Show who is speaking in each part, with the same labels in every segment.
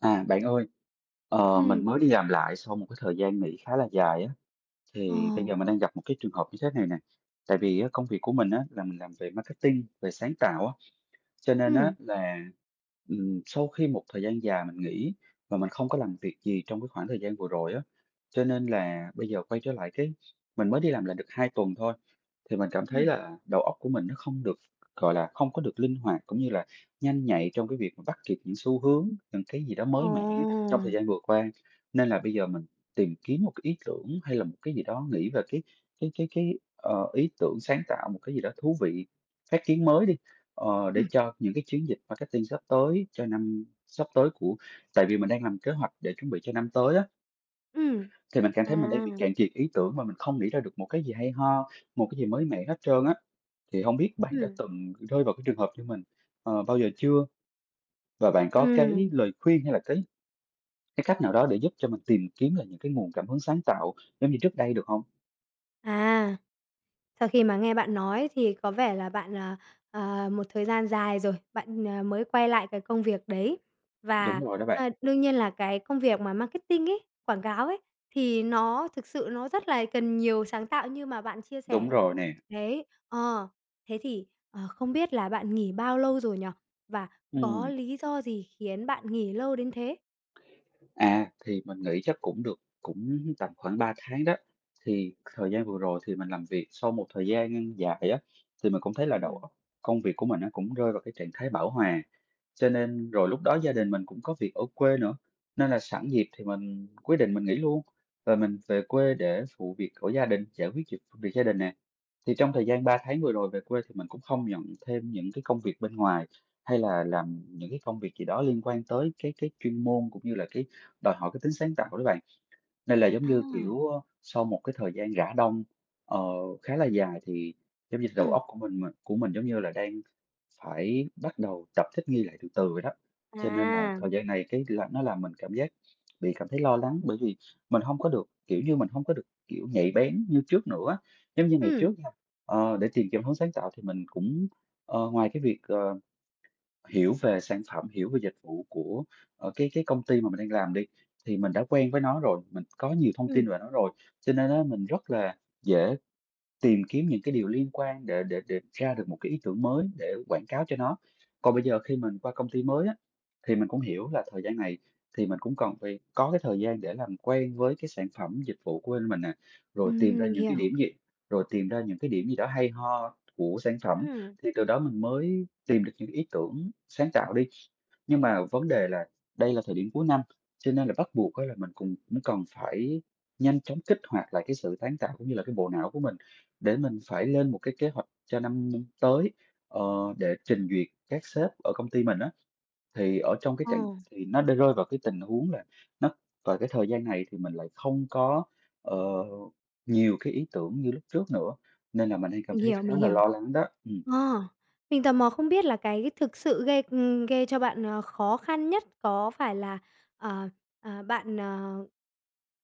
Speaker 1: À, bạn ơi, mình
Speaker 2: Ừm,
Speaker 1: mới đi làm lại sau một cái thời gian nghỉ khá là dài á,
Speaker 2: ờ,
Speaker 1: thì bây giờ mình đang gặp một cái trường hợp như thế này nè. Tại vì á, công việc của mình á, là mình làm về marketing, về sáng tạo á, cho nên á
Speaker 2: ừm,
Speaker 1: là, sau khi một thời gian dài mình nghỉ và mình không có làm việc gì trong cái khoảng thời gian vừa rồi á, cho nên là bây giờ quay trở lại cái mình mới đi làm lại được 2 tuần thôi, thì mình cảm
Speaker 2: ừm,
Speaker 1: thấy là đầu óc của mình nó không được, gọi là, không có được linh hoạt cũng như là nhanh nhạy trong cái việc mà bắt kịp những xu hướng, những cái gì đó mới mẻ
Speaker 2: ồ,
Speaker 1: trong thời gian vừa qua. Nên là bây giờ mình tìm kiếm một cái ý tưởng hay là một cái gì đó, nghĩ về cái ý tưởng sáng tạo một cái gì đó thú vị, phát kiến mới đi. Để
Speaker 2: ừm,
Speaker 1: cho những cái chiến dịch marketing sắp tới cho năm sắp tới của, tại vì mình đang làm kế hoạch để chuẩn bị cho năm tới á,
Speaker 2: ừm,
Speaker 1: thì mình cảm
Speaker 2: à,
Speaker 1: thấy mình đang bị cạn kiệt ý tưởng mà mình không nghĩ ra được một cái gì hay ho, một cái gì mới mẻ hết trơn á. Thì không biết bạn đã
Speaker 2: ừm,
Speaker 1: từng rơi vào cái trường hợp như mình, bao giờ chưa? Và bạn có cái
Speaker 2: ừm,
Speaker 1: lời khuyên hay là cái cách nào đó để giúp cho mình tìm kiếm là những cái nguồn cảm hứng sáng tạo giống như trước đây được không?
Speaker 2: à. Sau khi mà nghe bạn nói thì có vẻ là bạn, một thời gian dài rồi, bạn, mới quay lại cái công việc đấy. Và,
Speaker 1: Đúng rồi đó bạn,
Speaker 2: đương nhiên là cái công việc mà marketing ấy, quảng cáo ấy, thì nó thực sự nó rất là cần nhiều sáng tạo như mà bạn chia
Speaker 1: đúng
Speaker 2: sẻ.
Speaker 1: rồi nè.
Speaker 2: Đấy, thế thì, không biết là bạn nghỉ bao lâu rồi nhở? Và có
Speaker 1: Ừm.
Speaker 2: lý do gì khiến bạn nghỉ lâu đến thế?
Speaker 1: À, thì mình nghĩ chắc cũng được, cũng tầm khoảng 3 tháng đó. Thì thời gian vừa rồi thì mình làm việc sau một thời gian dài á, thì mình cũng thấy là đầu
Speaker 2: Ừm,
Speaker 1: óc công việc của mình nó cũng rơi vào cái trạng thái bão hòa. Cho nên rồi lúc đó gia đình mình cũng có việc ở quê nữa, nên là sẵn dịp thì mình quyết định mình nghỉ luôn và mình về quê để phụ việc của gia đình, giải quyết việc việc gia đình nè. Thì trong thời gian 3 tháng vừa rồi về quê thì mình cũng không nhận thêm những cái công việc bên ngoài, hay là làm những cái công việc gì đó liên quan tới cái chuyên môn cũng như là cái đòi hỏi cái tính sáng tạo đó bạn. Nên là giống như,
Speaker 2: à,
Speaker 1: kiểu, ơ, sau một cái thời gian rã đông, ờ, khá là dài thì giống như đầu
Speaker 2: ừm,
Speaker 1: óc của mình của mình giống như là đang phải bắt đầu tập thích nghi lại từ từ vậy đó. Cho nên là
Speaker 2: à,
Speaker 1: thời gian này cái là nó làm mình cảm giác bị cảm thấy lo lắng, bởi vì mình không có được kiểu như, mình không có được, kiểu, nhạy bén như trước nữa. Giống như ngày
Speaker 2: ừm,
Speaker 1: trước nha, để tìm kiếm hướng sáng tạo thì mình cũng, ngoài cái việc, hiểu về sản phẩm, hiểu về dịch vụ của, cái công ty mà mình đang làm đi, thì mình đã quen với nó rồi, mình có nhiều thông
Speaker 2: ừm,
Speaker 1: tin về nó rồi, cho nên á mình rất là dễ tìm kiếm những cái điều liên quan để ra được một cái ý tưởng mới để quảng cáo cho nó. Còn bây giờ khi mình qua công ty mới á, thì mình cũng hiểu là thời gian này thì mình cũng cần phải có cái thời gian để làm quen với cái sản phẩm, dịch vụ của bên mình nè, rồi tìm ra
Speaker 2: mình
Speaker 1: những cái
Speaker 2: hiểu,
Speaker 1: điểm gì rồi tìm ra những cái điểm gì đó hay ho của sản phẩm,
Speaker 2: ừm,
Speaker 1: thì từ đó mình mới tìm được những ý tưởng sáng tạo đi. Nhưng mà vấn đề là đây là thời điểm cuối năm, cho nên là bắt buộc á là mình cùng cũng cần phải nhanh chóng kích hoạt lại cái sự sáng tạo cũng như là cái bộ não của mình để mình phải lên một cái kế hoạch cho năm tới, ờ, để trình duyệt các sếp ở công ty mình á. Thì ở trong cái
Speaker 2: ờ,
Speaker 1: trạng thì nó đã rơi vào cái tình huống là nó vào cái thời gian này thì mình lại không có, ờ, nhiều cái ý tưởng như lúc trước nữa, nên là mình hay cảm
Speaker 2: mình
Speaker 1: thấy
Speaker 2: hiểu,
Speaker 1: khá
Speaker 2: mình
Speaker 1: là
Speaker 2: hiểu.
Speaker 1: lo lắng đó. Ừm.
Speaker 2: Ờ, mình tò mò không biết là cái thực sự gây cho bạn, khó khăn nhất có phải là, ờ, bạn,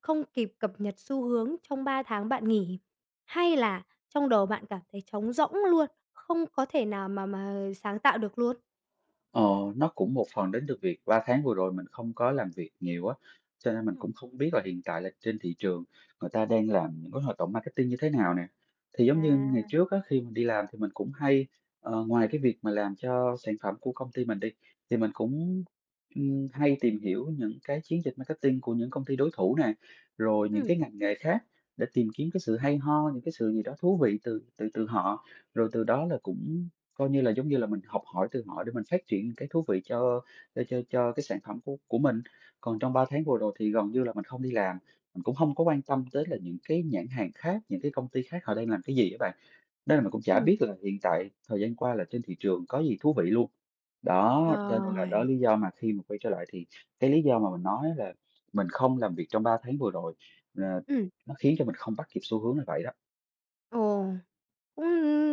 Speaker 2: không kịp cập nhật xu hướng trong 3 tháng bạn nghỉ, hay là trong đầu bạn cảm thấy trống rỗng luôn, không có thể nào mà sáng tạo được luôn?
Speaker 1: Ờ, nó cũng một phần đến từ việc 3 tháng vừa rồi mình không có làm việc nhiều á, cho nên mình cũng
Speaker 2: Ừm.
Speaker 1: không biết là hiện tại là trên thị trường người ta đang làm những cái hoạt động marketing như thế nào nè. Thì giống như ngày
Speaker 2: À.
Speaker 1: trước á, khi mình đi làm thì mình cũng hay, ngoài cái việc mà làm cho sản phẩm của công ty mình đi, thì mình cũng, hay tìm hiểu những cái chiến dịch marketing của những công ty đối thủ nè, rồi những
Speaker 2: Ừm,
Speaker 1: cái ngành nghề khác để tìm kiếm cái sự hay ho, những cái sự gì đó thú vị từ từ từ họ, rồi từ đó là cũng coi như là giống như là mình học hỏi từ họ để mình phát triển cái thú vị cho cái sản phẩm của mình. Còn trong 3 tháng vừa rồi thì gần như là mình không đi làm, mình cũng không có quan tâm tới là những cái nhãn hàng khác, những cái công ty khác họ đang làm cái gì á bạn. Nên là mình cũng chả
Speaker 2: ừm.
Speaker 1: biết là hiện tại thời gian qua là trên thị trường có gì thú vị luôn. Đó, cho nên là đó
Speaker 2: Rồi.
Speaker 1: lý do mà khi mà quay trở lại thì cái lý do mà mình nói là mình không làm việc trong 3 tháng vừa rồi, ờ,
Speaker 2: Ừm,
Speaker 1: nó khiến cho mình không bắt kịp xu hướng là vậy đó.
Speaker 2: ồ. Cũng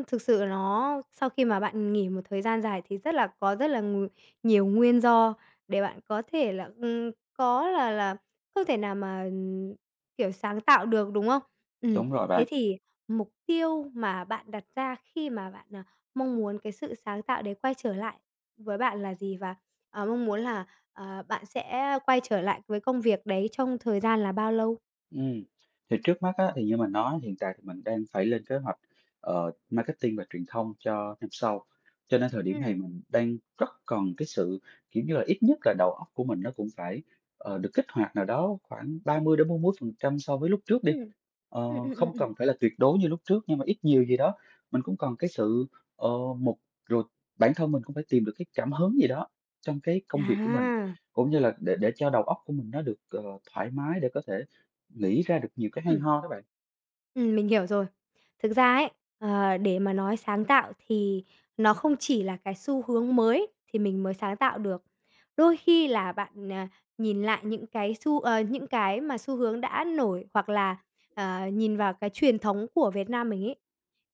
Speaker 2: thực sự nó sau khi mà bạn nghỉ một thời gian dài thì rất là có rất là nhiều nguyên do để bạn có thể là, có là không thể nào mà, kiểu, sáng tạo được, đúng không? Ừm,
Speaker 1: Đúng rồi
Speaker 2: thế
Speaker 1: bạn.
Speaker 2: thì mục tiêu mà bạn đặt ra khi mà bạn, mong muốn cái sự sáng tạo đấy quay trở lại với bạn là gì? Và, mong muốn là, bạn sẽ quay trở lại với công việc đấy trong thời gian là bao lâu?
Speaker 1: Ừm, thì trước mắt á, thì như mình nói hiện tại thì mình đang phải lên kế hoạch, marketing và truyền thông cho năm sau. Cho nên thời điểm
Speaker 2: Ừm,
Speaker 1: này
Speaker 2: ừm,
Speaker 1: mình đang rất cần cái sự, kiểu như là, ít nhất là đầu óc của mình nó cũng phải, được kích hoạt nào đó khoảng ba mươi mươi đến 40% so với lúc trước đi.
Speaker 2: ừm,
Speaker 1: Ờ,
Speaker 2: ừm, ừm,
Speaker 1: không
Speaker 2: ừm.
Speaker 1: cần phải là tuyệt đối như lúc trước nhưng mà ít nhiều gì đó, mình cũng cần cái sự, ờ, một rồi bản thân mình cũng phải tìm được cái cảm hứng gì đó trong cái công việc của mình,
Speaker 2: À!
Speaker 1: cũng như là để cho đầu óc của mình nó được, thoải mái để có thể nghĩ ra được nhiều cái hay
Speaker 2: Ừm.
Speaker 1: ho các bạn.
Speaker 2: Mình hiểu rồi. Thực ra ấy, để mà nói sáng tạo thì nó không chỉ là cái xu hướng mới thì mình mới sáng tạo được. Đôi khi là bạn, nhìn lại những cái mà xu hướng đã nổi hoặc là, nhìn vào cái truyền thống của Việt Nam mình ấy,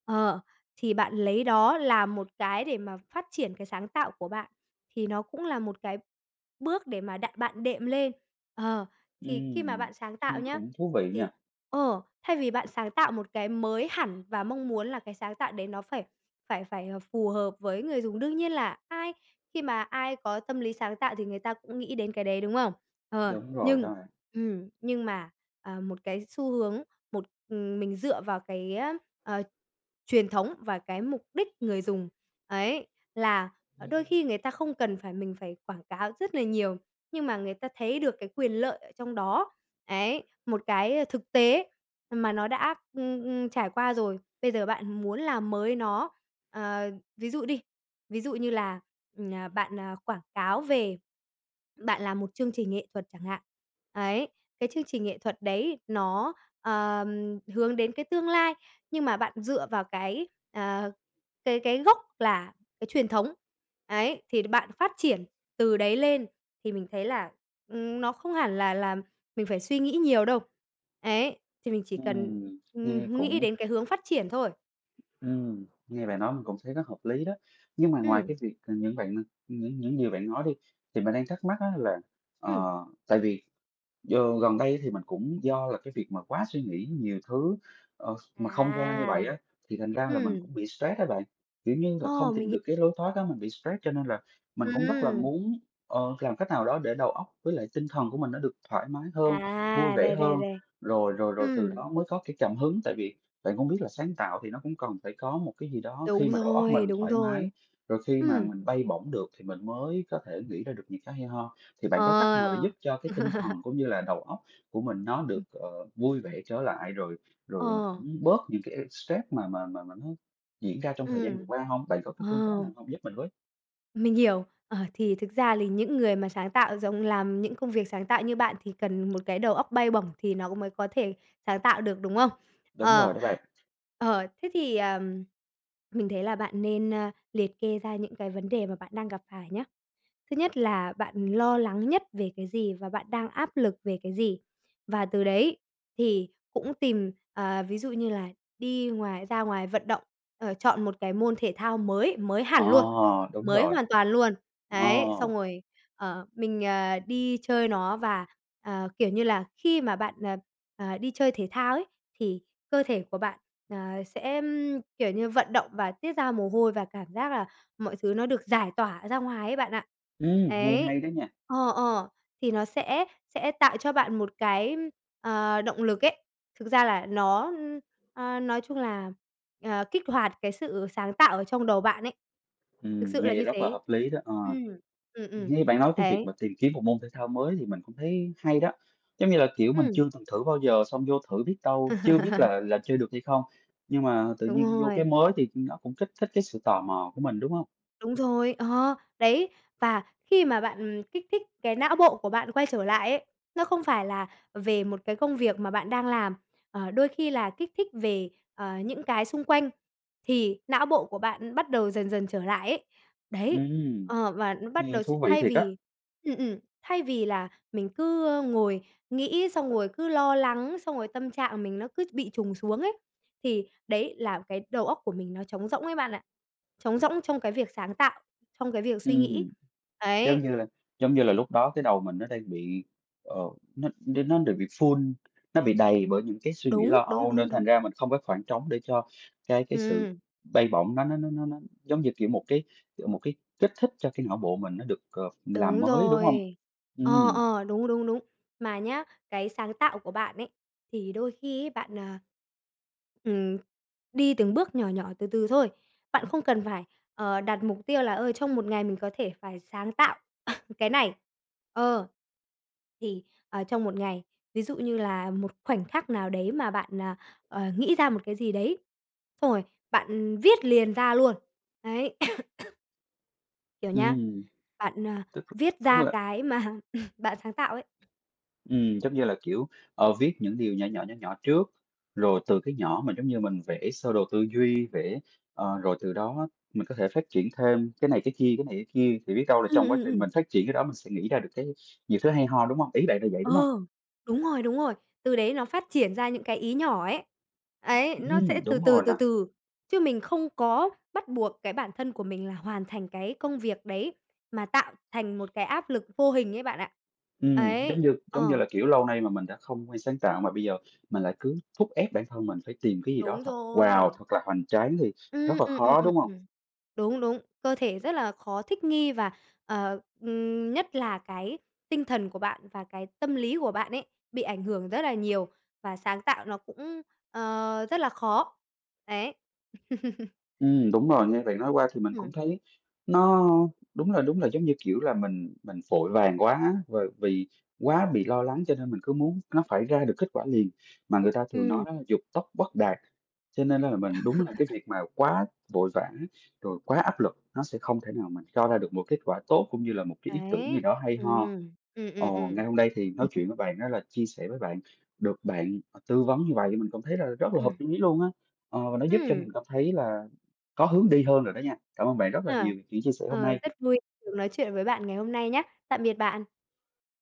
Speaker 2: ờ, thì bạn lấy đó làm một cái để mà phát triển cái sáng tạo của bạn, thì nó cũng là một cái bước để mà đạn bạn đệm lên. Ờ, thì khi mà
Speaker 1: Ừm,
Speaker 2: bạn sáng tạo
Speaker 1: nghe
Speaker 2: nhá
Speaker 1: cũng thú vị nha.
Speaker 2: thì thay vì bạn sáng tạo một cái mới hẳn và mong muốn là cái sáng tạo đấy nó phải phải phải, phù hợp với người dùng, đương nhiên là khi mà ai có tâm lý sáng tạo thì người ta cũng nghĩ đến cái đấy, đúng không? Ờ,
Speaker 1: Đúng rồi
Speaker 2: nhưng
Speaker 1: đó bạn.
Speaker 2: ừm, nhưng mà, một cái xu hướng, một mình dựa vào cái, ờ, truyền thống và cái mục đích người dùng, ấy, là, đôi khi người ta không cần phải mình phải quảng cáo rất là nhiều, nhưng mà người ta thấy được cái quyền lợi ở trong đó. Ấy, một cái thực tế mà nó đã, trải qua rồi, bây giờ bạn muốn làm mới nó. Ờ, ví dụ đi, ví dụ như là, bạn, quảng cáo về bạn làm một chương trình nghệ thuật chẳng hạn. Ấy, cái chương trình nghệ thuật đấy nó, hướng đến cái tương lai, nhưng mà bạn dựa vào cái, cái gốc là cái truyền thống. Ấy, thì bạn phát triển từ đấy lên thì mình thấy là, nó không hẳn là làm mình phải suy nghĩ nhiều đâu. Ấy, thì mình chỉ cần,
Speaker 1: Ừm, nghe
Speaker 2: nghĩ
Speaker 1: cũng
Speaker 2: đến cái hướng phát triển thôi.
Speaker 1: nghe bạn nói mình cũng thấy rất hợp lý đó. Nhưng mà ngoài
Speaker 2: Ừm,
Speaker 1: cái việc, những điều bạn nói đi, thì mình đang thắc mắc á là,
Speaker 2: ừm.
Speaker 1: tại vì giờ gần đây thì mình cũng do là cái việc mà quá suy nghĩ nhiều thứ, mà không ra như
Speaker 2: À,
Speaker 1: vậy á, thì thành ra là mình
Speaker 2: ừm,
Speaker 1: cũng bị stress á bạn. Kiểu như là, không
Speaker 2: ồ, mình
Speaker 1: tìm
Speaker 2: hiểu.
Speaker 1: được cái lối thoát á, mình bị stress cho nên là mình cũng rất là
Speaker 2: Ừm,
Speaker 1: muốn, làm cách nào đó để đầu óc với lại tinh thần của mình nó được thoải mái hơn, vui
Speaker 2: à,
Speaker 1: vẻ
Speaker 2: đây, đây,
Speaker 1: hơn,
Speaker 2: đây.
Speaker 1: rồi rồi rồi từ
Speaker 2: Ừm,
Speaker 1: đó mới có cái cảm hứng. Tại vì bạn cũng biết là sáng tạo thì nó cũng cần phải có một cái gì đó khi
Speaker 2: đúng
Speaker 1: mà đầu óc
Speaker 2: rồi,
Speaker 1: mình
Speaker 2: đúng
Speaker 1: thoải mái,
Speaker 2: rồi.
Speaker 1: rồi khi mà
Speaker 2: Ừm,
Speaker 1: mình bay bổng được thì mình mới có thể nghĩ ra được những cái hay ho. Thì bạn có cách nào để
Speaker 2: ờ,
Speaker 1: giúp cho cái tinh thần cũng như là đầu óc của mình nó được,
Speaker 2: ừm,
Speaker 1: vui vẻ trở lại, rồi rồi
Speaker 2: ờ,
Speaker 1: rồi mình cũng bớt những cái stress mà nó diễn ra trong thời gian vừa
Speaker 2: ừm,
Speaker 1: qua không? Bạn có cái phương pháp
Speaker 2: ờ.
Speaker 1: nào không giúp mình với?
Speaker 2: Mình hiểu. Ờ, thì thực ra lì những người mà sáng tạo giống làm những công việc sáng tạo như bạn thì cần một cái đầu óc bay bổng thì nó cũng mới có thể sáng tạo được, đúng không?
Speaker 1: Đúng
Speaker 2: Ờ.
Speaker 1: rồi đó bạn.
Speaker 2: Ờ, thế thì, mình thấy là bạn nên, liệt kê ra những cái vấn đề mà bạn đang gặp phải nhé. Thứ nhất là bạn lo lắng nhất về cái gì và bạn đang áp lực về cái gì. Và từ đấy thì cũng tìm, ví dụ như là đi ra ngoài vận động, chọn một cái môn thể thao mới, mới
Speaker 1: Ờ,
Speaker 2: hẳn luôn,
Speaker 1: đúng
Speaker 2: mới
Speaker 1: rồi.
Speaker 2: hoàn toàn luôn.
Speaker 1: Ờ,
Speaker 2: Đấy, xong rồi, mình, đi chơi nó và, kiểu như là, khi mà bạn, đi chơi thể thao ấy, thì cơ thể của bạn, ờ, sẽ, kiểu như, vận động và tiết ra mồ hôi và cảm giác là mọi thứ nó được giải tỏa ra ngoài ấy bạn ạ.
Speaker 1: nghe
Speaker 2: Đấy.
Speaker 1: hay đó nha,
Speaker 2: Ờ, ờ, thì nó sẽ tạo cho bạn một cái, động lực ấy. Thực ra là nó, nói chung là, kích hoạt cái sự sáng tạo ở trong đầu bạn ấy. Thực sự là
Speaker 1: nghe
Speaker 2: như
Speaker 1: rất là
Speaker 2: thế.
Speaker 1: hợp lý đó, ờ.
Speaker 2: Ừm, ừm, ừm.
Speaker 1: Nghe bạn nói cái việc
Speaker 2: Đấy,
Speaker 1: mà tìm kiếm một môn thể thao mới thì mình cũng thấy hay đó. Giống như là, kiểu, mình
Speaker 2: ừm.
Speaker 1: chưa từng thử bao giờ, xong vô thử biết đâu, chưa biết là là chơi được hay không, nhưng mà tự
Speaker 2: Đúng
Speaker 1: nhiên vô cái
Speaker 2: rồi.
Speaker 1: mới thì nó cũng kích thích cái sự tò mò của mình, đúng không?
Speaker 2: Đúng rồi, đấy. Và khi mà bạn, kích thích cái não bộ của bạn quay trở lại ấy, nó không phải là về một cái công việc mà bạn đang làm, đôi khi là kích thích về, những cái xung quanh, thì não bộ của bạn bắt đầu dần dần trở lại ấy. Đấy,
Speaker 1: Ừ,
Speaker 2: và nó bắt
Speaker 1: nghe
Speaker 2: đầu
Speaker 1: thú vị thiệt á,
Speaker 2: thay vì là mình cứ, ngồi nghĩ xong rồi cứ lo lắng, xong rồi tâm trạng mình nó cứ bị trùng xuống ấy, thì đấy là cái đầu óc của mình nó trống rỗng ấy bạn ạ. Trống rỗng trong cái việc sáng tạo, trong cái việc
Speaker 1: ừ.
Speaker 2: suy nghĩ.
Speaker 1: Giống
Speaker 2: Ấy,
Speaker 1: như là giống như là lúc đó cái đầu mình nó đang bị, ờ, nó được bị full, nó bị đầy bởi những cái suy nghĩ
Speaker 2: đúng,
Speaker 1: lo
Speaker 2: đúng,
Speaker 1: âu nên
Speaker 2: đúng,
Speaker 1: thành
Speaker 2: đúng.
Speaker 1: ra mình không có khoảng trống để cho cái sự
Speaker 2: Ừm,
Speaker 1: bay bổng nó giống như, kiểu, một cái kích thích cho cái não bộ mình nó được, làm
Speaker 2: đúng
Speaker 1: mới, đúng không?
Speaker 2: rồi.
Speaker 1: Ừ,
Speaker 2: Ờ, ờ, đúng, đúng, đúng. Mà nhá, cái sáng tạo của bạn ấy, thì đôi khi ấy bạn, Ừm, đi từng bước nhỏ nhỏ, từ từ thôi. Bạn không cần phải, đặt mục tiêu là, ơi trong một ngày mình có thể phải sáng tạo cái này. Ờ, thì, trong một ngày, ví dụ như là một khoảnh khắc nào đấy mà bạn, nghĩ ra một cái gì đấy, xong rồi bạn viết liền ra luôn. Đấy, kiểu
Speaker 1: ừ,
Speaker 2: nhá, bạn,
Speaker 1: tức
Speaker 2: viết
Speaker 1: tức
Speaker 2: ra
Speaker 1: là,
Speaker 2: cái mà bạn sáng tạo ấy.
Speaker 1: giống như là, kiểu, viết những điều nhỏ nhỏ, nhỏ nhỏ trước, rồi từ cái nhỏ mà giống như mình vẽ sơ đồ tư duy, rồi từ đó mình có thể phát triển thêm cái này cái kia, cái này cái kia, thì biết đâu là
Speaker 2: Ừm,
Speaker 1: trong quá
Speaker 2: ừm,
Speaker 1: trình
Speaker 2: ừm.
Speaker 1: mình phát triển cái đó mình sẽ nghĩ ra được cái nhiều thứ hay ho, đúng không? Ý bạn là vậy,
Speaker 2: Ờ,
Speaker 1: đúng không?
Speaker 2: đúng rồi, đúng rồi. Từ đấy nó phát triển ra những cái ý nhỏ ấy. Ấy, nó sẽ từ
Speaker 1: Đúng
Speaker 2: từ,
Speaker 1: rồi nè.
Speaker 2: từ từ, chứ mình không có bắt buộc cái bản thân của mình là hoàn thành cái công việc đấy, mà tạo thành một cái áp lực vô hình ấy bạn ạ.
Speaker 1: Giống
Speaker 2: Ấy,
Speaker 1: như giống như
Speaker 2: ờ,
Speaker 1: là, kiểu, lâu nay mà mình đã không quen sáng tạo mà bây giờ mình lại cứ thúc ép bản thân mình phải tìm cái gì đó
Speaker 2: đúng
Speaker 1: thật wow,
Speaker 2: rồi.
Speaker 1: thật là hoành tráng thì
Speaker 2: Ừm,
Speaker 1: rất là
Speaker 2: ừm, ừm,
Speaker 1: khó,
Speaker 2: ừm,
Speaker 1: đúng không?
Speaker 2: ừm. Đúng, đúng, cơ thể rất là khó thích nghi và, nhất là cái tinh thần của bạn và cái tâm lý của bạn ấy bị ảnh hưởng rất là nhiều và sáng tạo nó cũng, rất là khó. Đấy.
Speaker 1: Đúng rồi, nghe bạn nói qua thì mình cũng
Speaker 2: Ừm.
Speaker 1: thấy nó đúng là giống như, kiểu là, mình vội vàng quá á, và vì quá bị lo lắng cho nên mình cứ muốn nó phải ra được kết quả liền, mà người ta thường nói
Speaker 2: Ừm.
Speaker 1: á dục tốc bất đạt. Cho nên là mình đúng là cái việc mà quá vội vã, rồi quá áp lực, nó sẽ không thể nào mình cho ra được một kết quả tốt cũng như là một cái ý tưởng gì
Speaker 2: Đấy.
Speaker 1: đó hay ho.
Speaker 2: Ừm.
Speaker 1: Ờ, ngày hôm nay thì nói chuyện với bạn đó là chia sẻ với bạn, được bạn, tư vấn như vậy mình cảm thấy là rất là hợp
Speaker 2: Ừm.
Speaker 1: lý luôn á, và nó giúp cho mình
Speaker 2: Ừm,
Speaker 1: cảm thấy là có hướng đi hơn rồi đó nha. Cảm ơn bạn rất là
Speaker 2: ha.
Speaker 1: nhiều vì những chia sẻ hôm
Speaker 2: Ờ, rất
Speaker 1: nay.
Speaker 2: vui được nói chuyện với bạn ngày hôm nay nhá. Tạm biệt bạn.